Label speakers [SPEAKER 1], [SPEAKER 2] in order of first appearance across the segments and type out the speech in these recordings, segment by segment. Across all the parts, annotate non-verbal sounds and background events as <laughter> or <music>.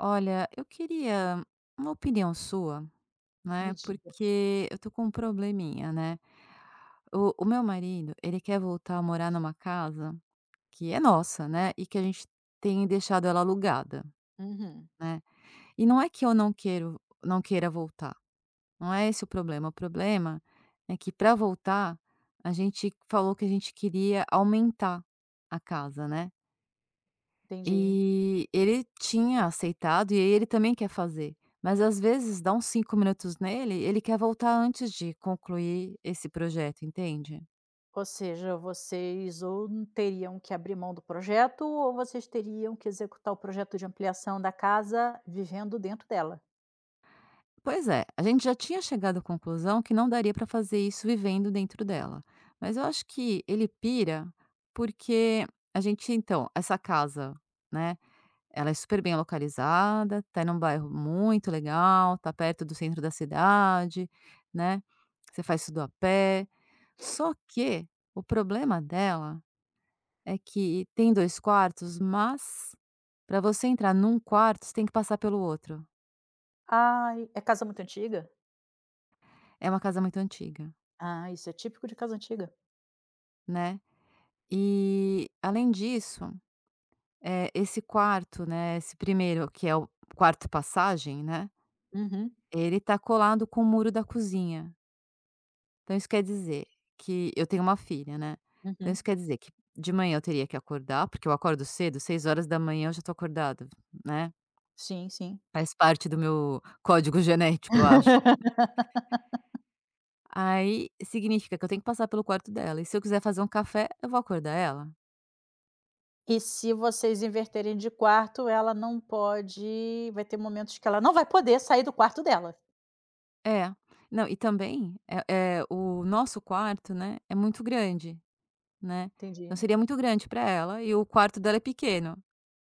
[SPEAKER 1] Olha, eu queria uma opinião sua,
[SPEAKER 2] Me
[SPEAKER 1] né,
[SPEAKER 2] diga.
[SPEAKER 1] porque eu tô com um probleminha, né. O meu marido, ele quer voltar a morar numa casa que é nossa, né, e que a gente tem deixado ela alugada,
[SPEAKER 2] Uhum,
[SPEAKER 1] né. E não é que eu não queira voltar, não é esse o problema é que para voltar, a gente falou que a gente queria aumentar a casa, né.
[SPEAKER 2] entendi.
[SPEAKER 1] E ele tinha aceitado, e aí ele também quer fazer, mas às vezes dá uns 5 minutos nele, ele quer voltar antes de concluir esse projeto, entende?
[SPEAKER 2] Ou seja, vocês ou teriam que abrir mão do projeto, ou vocês teriam que executar o projeto de ampliação da casa vivendo dentro dela.
[SPEAKER 1] Pois é, a gente já tinha chegado à conclusão que não daria para fazer isso vivendo dentro dela, mas eu acho que ele pira, porque a gente então, essa casa, né, ela é super bem localizada, tá num bairro muito legal, tá perto do centro da cidade, né, você faz tudo a pé. Só que o problema dela é que tem 2 quartos, mas para você entrar num quarto, você tem que passar pelo outro.
[SPEAKER 2] Ai, é casa muito antiga?
[SPEAKER 1] É uma casa muito antiga,
[SPEAKER 2] Ah, isso é típico de casa antiga.
[SPEAKER 1] né. E além disso, esse quarto, né, esse primeiro que é o quarto passagem, né,
[SPEAKER 2] Uhum,
[SPEAKER 1] ele tá colado com o muro da cozinha. Então isso quer dizer que eu tenho uma filha, né, então
[SPEAKER 2] uhum.
[SPEAKER 1] isso quer dizer que de manhã eu teria que acordar, porque eu acordo cedo, 6 horas da manhã eu já estou acordada, né,
[SPEAKER 2] Sim, sim.
[SPEAKER 1] faz parte do meu código genético, eu acho. Aí significa que eu tenho que passar pelo quarto dela e se eu quiser fazer um café, eu vou acordar ela?
[SPEAKER 2] E se vocês inverterem de quarto, ela não pode. Vai ter momentos que ela não vai poder sair do quarto dela.
[SPEAKER 1] É. Não, e também, o nosso quarto, né, é muito grande, né, então
[SPEAKER 2] Entendi.
[SPEAKER 1] seria muito grande pra ela e o quarto dela é pequeno,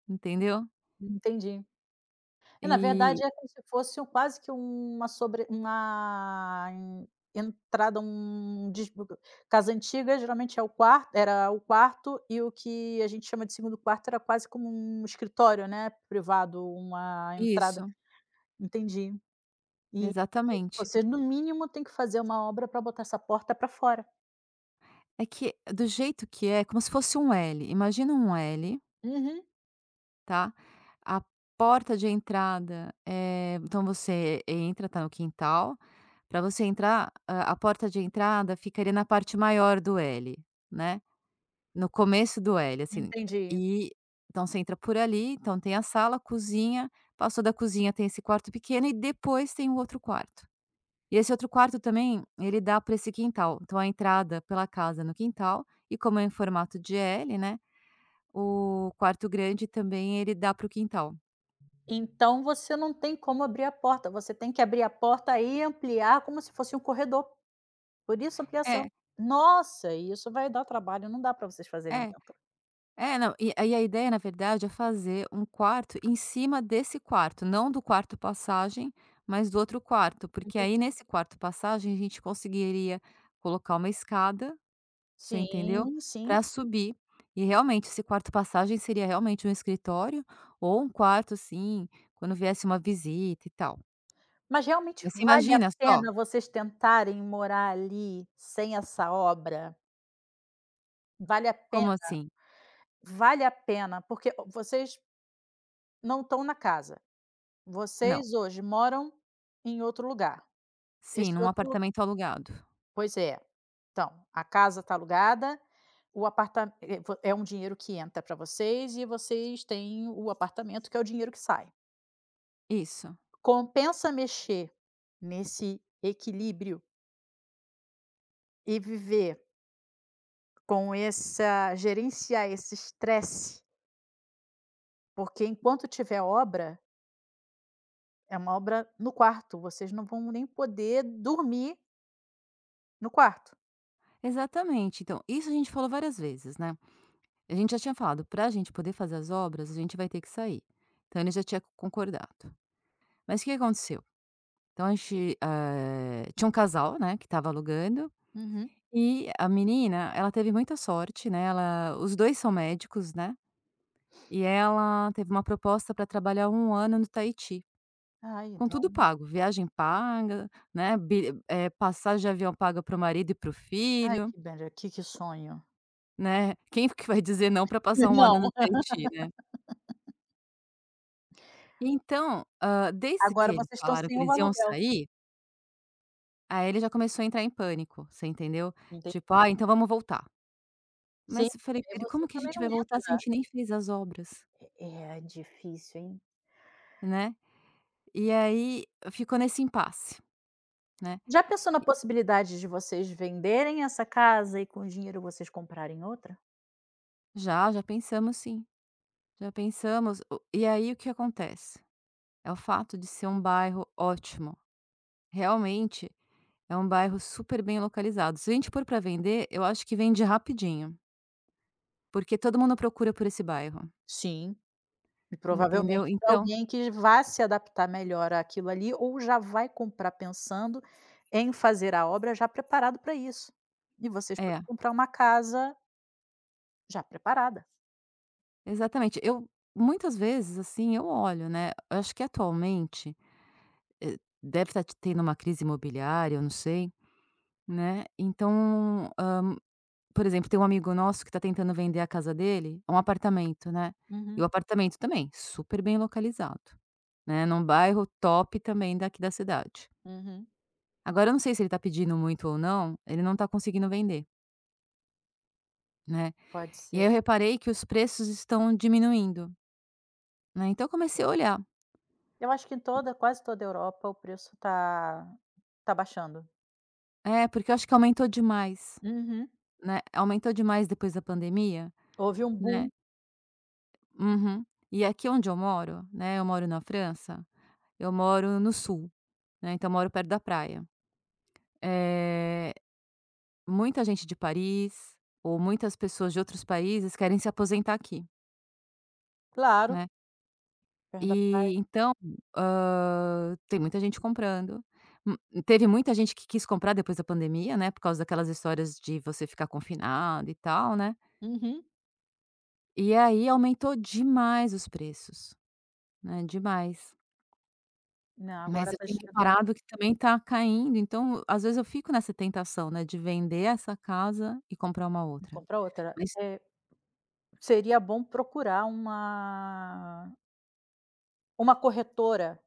[SPEAKER 1] entendeu?
[SPEAKER 2] Entendi. É, na
[SPEAKER 1] E
[SPEAKER 2] verdade, é como se fosse um quase que uma sobre uma entrada, um des casa antiga geralmente é o quarto era o quarto e o que a gente chama de segundo quarto era quase como um escritório, né, privado, uma entrada.
[SPEAKER 1] isso,
[SPEAKER 2] Entendi. E
[SPEAKER 1] exatamente.
[SPEAKER 2] você no mínimo tem que fazer uma obra para botar essa porta para fora.
[SPEAKER 1] É que do jeito que é, como se fosse um L. Imagina um L,
[SPEAKER 2] Uhum,
[SPEAKER 1] tá? A porta de entrada, então você entra, tá no quintal. Para você entrar, a porta de entrada ficaria na parte maior do L, né? No começo do L, assim.
[SPEAKER 2] entendi.
[SPEAKER 1] E então você entra por ali, então tem a sala, cozinha, passou da cozinha tem esse quarto pequeno e depois tem o outro quarto. E esse outro quarto também, ele dá para esse quintal. Então a entrada pela casa é no quintal e como é em formato de L, né, o quarto grande também ele dá para o quintal.
[SPEAKER 2] Então você não tem como abrir a porta, você tem que abrir a porta e ampliar como se fosse um corredor. Por isso ampliação.
[SPEAKER 1] É,
[SPEAKER 2] Nossa, e isso vai dar trabalho, não dá para vocês fazerem
[SPEAKER 1] é.
[SPEAKER 2] dentro.
[SPEAKER 1] É, não, e aí a ideia na verdade é fazer um quarto em cima desse quarto, não do quarto passagem, mas do outro quarto, porque aí
[SPEAKER 2] Entendi.
[SPEAKER 1] nesse quarto passagem a gente conseguiria colocar uma escada. Você entendeu?
[SPEAKER 2] Sim, sim.
[SPEAKER 1] Para subir. E realmente esse quarto passagem seria realmente um escritório ou um quarto, assim, quando viesse uma visita e tal.
[SPEAKER 2] Mas realmente
[SPEAKER 1] Mas você
[SPEAKER 2] vale a
[SPEAKER 1] imagina só?
[SPEAKER 2] pena vocês tentarem morar ali sem essa obra? Vale a pena
[SPEAKER 1] Como assim?
[SPEAKER 2] vale a pena, porque vocês não estão na casa,
[SPEAKER 1] Não.
[SPEAKER 2] vocês hoje moram em outro lugar.
[SPEAKER 1] Sim,
[SPEAKER 2] Esse
[SPEAKER 1] num
[SPEAKER 2] outro lu
[SPEAKER 1] apartamento alugado.
[SPEAKER 2] pois é. Então, a casa está alugada, o aparta é um dinheiro que entra para vocês e vocês têm o apartamento que é o dinheiro que sai.
[SPEAKER 1] Isso,
[SPEAKER 2] Compensa mexer nesse equilíbrio e viver com essa gerenciar esse estresse, porque enquanto tiver obra, é uma obra no quarto, vocês não vão nem poder dormir no quarto.
[SPEAKER 1] exatamente. Então, isso a gente falou várias vezes, né. A gente já tinha falado: "Para a gente poder fazer as obras, a gente vai ter que sair". Então ele já tinha concordado. Mas o que que aconteceu? Então a gente, tinha um casal, né, que estava alugando.
[SPEAKER 2] Uhum.
[SPEAKER 1] E a menina, ela teve muita sorte, né, ela os 2 são médicos, né, e ela teve uma proposta para trabalhar um ano no Tahiti,
[SPEAKER 2] Ai,
[SPEAKER 1] com tudo
[SPEAKER 2] então
[SPEAKER 1] pago, viagem paga, né, passagem de avião paga para o marido e para o
[SPEAKER 2] ai,
[SPEAKER 1] filho,
[SPEAKER 2] que bele que sonho.
[SPEAKER 1] né, quem que vai dizer não para
[SPEAKER 2] <laughs>
[SPEAKER 1] passar um ano
[SPEAKER 2] Não,
[SPEAKER 1] no Tahiti, né. Então, desde que
[SPEAKER 2] agora
[SPEAKER 1] eles
[SPEAKER 2] vocês estão
[SPEAKER 1] falaram
[SPEAKER 2] sem
[SPEAKER 1] que
[SPEAKER 2] o
[SPEAKER 1] eles iam
[SPEAKER 2] aluguel,
[SPEAKER 1] sair, aí ele já começou a entrar em pânico, você entendeu?
[SPEAKER 2] enten
[SPEAKER 1] Tipo: "Ah, então vamos voltar".
[SPEAKER 2] sim,
[SPEAKER 1] Mas eu falei
[SPEAKER 2] porque
[SPEAKER 1] pra ele:
[SPEAKER 2] você
[SPEAKER 1] "Como que a
[SPEAKER 2] também
[SPEAKER 1] gente
[SPEAKER 2] não
[SPEAKER 1] vai voltar se a
[SPEAKER 2] entra.
[SPEAKER 1] gente nem fez as obras,
[SPEAKER 2] É difícil, hein?
[SPEAKER 1] né?" E aí ficou nesse impasse, né.
[SPEAKER 2] Já pensou na possibilidade de vocês venderem essa casa e com o dinheiro vocês comprarem outra?
[SPEAKER 1] Já, já pensamos sim, já pensamos. O e aí o que acontece? É o fato de ser um bairro ótimo, realmente é um bairro super bem localizado. Se a gente pôr para vender, eu acho que vende rapidinho, porque todo mundo procura por esse bairro,
[SPEAKER 2] Sim, e
[SPEAKER 1] entendeu?
[SPEAKER 2] provavelmente pra
[SPEAKER 1] Então
[SPEAKER 2] alguém que vá se adaptar melhor àquilo ali, ou já vai comprar pensando em fazer a obra já preparado para isso. E vocês
[SPEAKER 1] é,
[SPEAKER 2] podem comprar uma casa já preparada.
[SPEAKER 1] exatamente. Eu muitas vezes, assim, eu olho, né, eu acho que atualmente, eh, deve estar tendo uma crise imobiliária, eu não sei, né, então. Por exemplo, tem um amigo nosso que tá tentando vender a casa dele, é um apartamento, né, e
[SPEAKER 2] Uhum,
[SPEAKER 1] o apartamento também super bem localizado, né, num bairro top também daqui da cidade.
[SPEAKER 2] uhum.
[SPEAKER 1] Agora eu não sei se ele tá pedindo muito ou não, ele não tá conseguindo vender, né.
[SPEAKER 2] Pode
[SPEAKER 1] E
[SPEAKER 2] ser.
[SPEAKER 1] aí eu reparei que os preços estão diminuindo, né, então eu comecei a olhar.
[SPEAKER 2] Eu acho que em toda quase toda a Europa o preço tá tá baixando.
[SPEAKER 1] É, porque eu acho que aumentou demais,
[SPEAKER 2] Uhum.
[SPEAKER 1] né, aumentou demais depois da pandemia,
[SPEAKER 2] Houve um
[SPEAKER 1] né.
[SPEAKER 2] boom,
[SPEAKER 1] Uhum. E aqui onde eu moro, né, eu moro na França, eu moro no sul, né, então eu moro perto da praia. Eh, muita gente de Paris, ou muitas pessoas de outros países querem se aposentar aqui,
[SPEAKER 2] claro,
[SPEAKER 1] né.
[SPEAKER 2] perto da praia.
[SPEAKER 1] E então, tem muita gente comprando. Hum, teve muita gente que quis comprar depois da pandemia, né, por causa daquelas histórias de você ficar confinado e tal, né.
[SPEAKER 2] Uhum.
[SPEAKER 1] E aí aumentou demais os preços, né, demais.
[SPEAKER 2] Não,
[SPEAKER 1] Mas
[SPEAKER 2] agora
[SPEAKER 1] eu
[SPEAKER 2] tá
[SPEAKER 1] tenho
[SPEAKER 2] despencando.
[SPEAKER 1] reparado que também tá caindo, então às vezes eu fico nessa tentação, né, de vender essa casa e comprar uma outra.
[SPEAKER 2] Comprar outra.
[SPEAKER 1] Mas
[SPEAKER 2] Seria bom procurar uma corretora.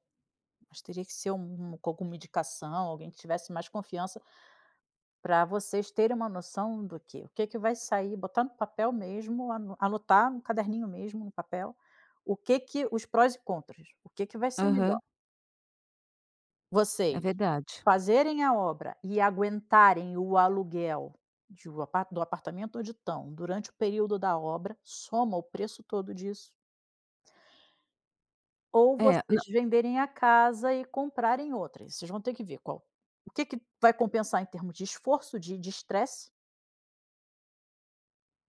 [SPEAKER 2] Mas teria que ser um com alguma indicação, alguém que tivesse mais confiança, para vocês terem uma noção do que o que que vai sair, botar no papel mesmo, anotar no caderninho mesmo, no papel, o que que os prós e contras, o que que vai ser melhor.
[SPEAKER 1] aham, é
[SPEAKER 2] Vocês
[SPEAKER 1] verdade.
[SPEAKER 2] fazerem a obra e aguentarem o aluguel de o apar do apartamento onde estão durante o período da obra, soma o preço todo disso. Ou
[SPEAKER 1] É,
[SPEAKER 2] vocês
[SPEAKER 1] não
[SPEAKER 2] venderem a casa e comprarem outra, e vocês vão ter que ver qual o que que vai compensar em termos de esforço, de estresse,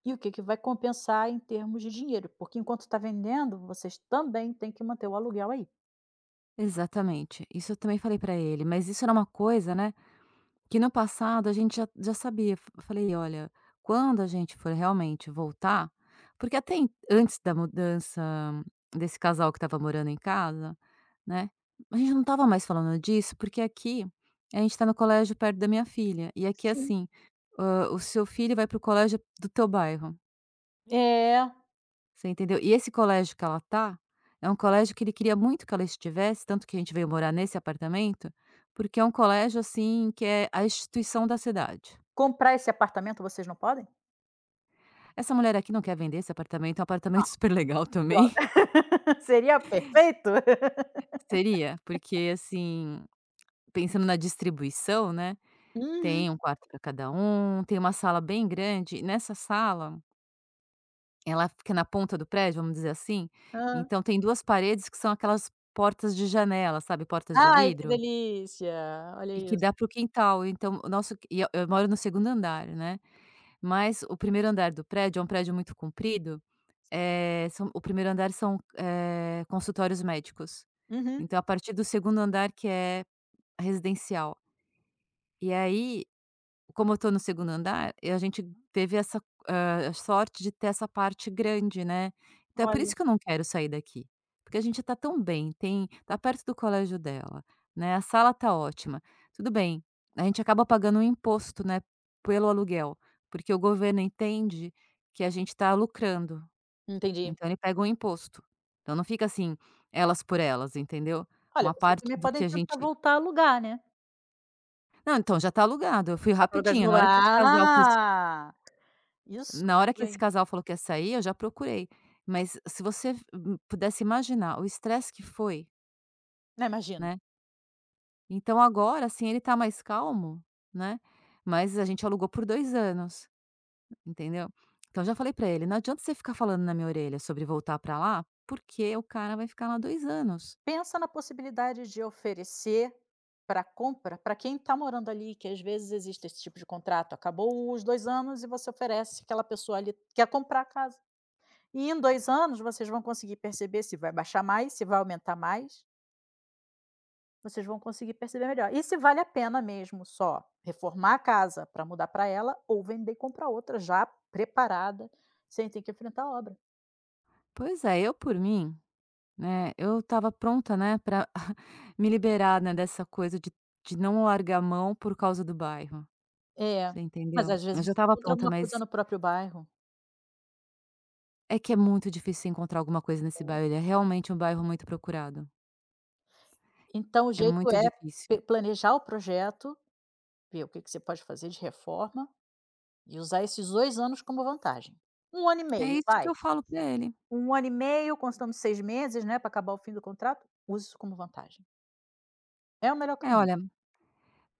[SPEAKER 2] e o que que vai compensar em termos de dinheiro, porque enquanto está vendendo, vocês também têm que manter o aluguel aí.
[SPEAKER 1] exatamente. Isso eu também falei pra ele, mas isso era uma coisa, né, que no passado a gente já sabia. F falei: "Olha, quando a gente for realmente voltar", porque até en antes da mudança desse casal que estava morando em casa, né, a gente não estava mais falando disso, porque aqui a gente tá no colégio perto da minha filha, e aqui é
[SPEAKER 2] Sim.
[SPEAKER 1] assim, o seu filho vai para o colégio do teu bairro.
[SPEAKER 2] É.
[SPEAKER 1] Você entendeu? E esse colégio que ela tá, é um colégio que ele queria muito que ela estivesse, tanto que a gente veio morar nesse apartamento, porque é um colégio, assim, que é a instituição da cidade.
[SPEAKER 2] Comprar esse apartamento vocês não podem?
[SPEAKER 1] Essa mulher aqui não quer vender esse apartamento, é um apartamento <laughs> super legal também. <laughs>
[SPEAKER 2] Droga, <laughs> seria perfeito. <laughs>
[SPEAKER 1] Seria, porque, assim, pensando na distribuição, né,
[SPEAKER 2] Uhum.
[SPEAKER 1] tem um quarto para cada um, tem uma sala bem grande, e nessa sala, ela fica na ponta do prédio, vamos dizer assim,
[SPEAKER 2] Hã.
[SPEAKER 1] então tem 2 paredes que são aquelas portas de janela, sabe, portas de
[SPEAKER 2] Ai, que
[SPEAKER 1] vidro?
[SPEAKER 2] delícia, olha
[SPEAKER 1] E que
[SPEAKER 2] isso.
[SPEAKER 1] dá para o quintal, então o nosso e eu moro no segundo andar, né, mas o primeiro andar do prédio é um prédio muito comprido, são o primeiro andar são, consultórios médicos.
[SPEAKER 2] Uhum.
[SPEAKER 1] Então a partir do segundo andar que é residencial. E aí como eu estou no segundo andar, a gente teve essa, sorte de ter essa parte grande, né. Então é por
[SPEAKER 2] Olha,
[SPEAKER 1] isso que eu não quero sair daqui, porque a gente tá tão bem, tem tá perto do colégio dela, né, a sala tá ótima. Tudo bem, a gente acaba pagando um imposto, né, pelo aluguel, porque o governo entende que a gente tá lucrando,
[SPEAKER 2] entendi.
[SPEAKER 1] então ele pega um imposto. Então não fica assim, elas por elas, entendeu.
[SPEAKER 2] Olha,
[SPEAKER 1] Uma
[SPEAKER 2] vocês
[SPEAKER 1] parte
[SPEAKER 2] também
[SPEAKER 1] do
[SPEAKER 2] podem
[SPEAKER 1] que a
[SPEAKER 2] tentar
[SPEAKER 1] gente
[SPEAKER 2] voltar a alugar, né.
[SPEAKER 1] não, então já tá alugado, eu fui
[SPEAKER 2] Tartarugas
[SPEAKER 1] rapidinho,
[SPEAKER 2] Ninja.
[SPEAKER 1] na hora que esse casal quis.
[SPEAKER 2] Ah! Isso,
[SPEAKER 1] Na hora
[SPEAKER 2] muito
[SPEAKER 1] que esse
[SPEAKER 2] bem.
[SPEAKER 1] casal falou que ia sair, eu já procurei. Mas se você pudesse imaginar o estresse que foi,
[SPEAKER 2] Não, imagino.
[SPEAKER 1] né. Então agora, assim, ele tá mais calmo, né, mas a gente alugou por 2 anos, entendeu. Então já falei pra ele: "Não adianta você ficar falando na minha orelha sobre voltar pra lá, porque o cara vai ficar lá 2 anos".
[SPEAKER 2] Pensa na possibilidade de oferecer para compra para quem está morando ali, que às vezes existe esse tipo de contrato. Acabou os 2 anos e você oferece, aquela pessoa ali quer comprar a casa. E em 2 anos vocês vão conseguir perceber se vai baixar mais, se vai aumentar mais, vocês vão conseguir perceber melhor. E se vale a pena mesmo só reformar a casa para mudar para ela ou vender e comprar outra já preparada, sem ter que enfrentar a obra.
[SPEAKER 1] Pois é, eu por mim, né, eu estava pronta, né, pra <laughs> me liberar, né, dessa coisa de não largar a mão por causa do bairro,
[SPEAKER 2] É,
[SPEAKER 1] você
[SPEAKER 2] mas
[SPEAKER 1] entendeu.
[SPEAKER 2] às
[SPEAKER 1] Eu
[SPEAKER 2] vezes
[SPEAKER 1] já
[SPEAKER 2] você
[SPEAKER 1] estava
[SPEAKER 2] encontra
[SPEAKER 1] pronta,
[SPEAKER 2] alguma coisa
[SPEAKER 1] mas
[SPEAKER 2] no próprio bairro.
[SPEAKER 1] é que é muito difícil encontrar alguma coisa nesse bairro, ele é realmente um bairro muito procurado,
[SPEAKER 2] Então o
[SPEAKER 1] é
[SPEAKER 2] jeito
[SPEAKER 1] muito
[SPEAKER 2] é
[SPEAKER 1] difícil.
[SPEAKER 2] pe planejar o projeto, ver o que que você pode fazer de reforma e usar esses 2 anos como vantagem. Um ano e
[SPEAKER 1] É
[SPEAKER 2] meio,
[SPEAKER 1] isso que
[SPEAKER 2] vai.
[SPEAKER 1] eu falo pra ele.
[SPEAKER 2] Um ano e meio, constando 6 meses, né, para acabar o fim do contrato, use isso como vantagem. É o melhor
[SPEAKER 1] "É,
[SPEAKER 2] caminho.
[SPEAKER 1] olha,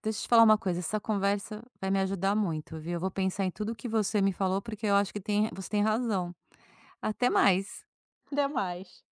[SPEAKER 1] deixa eu te falar uma coisa, essa conversa vai me ajudar muito, viu, eu vou pensar em tudo o que você me falou, porque eu acho que tem você tem razão. Até mais".
[SPEAKER 2] <laughs> Até mais.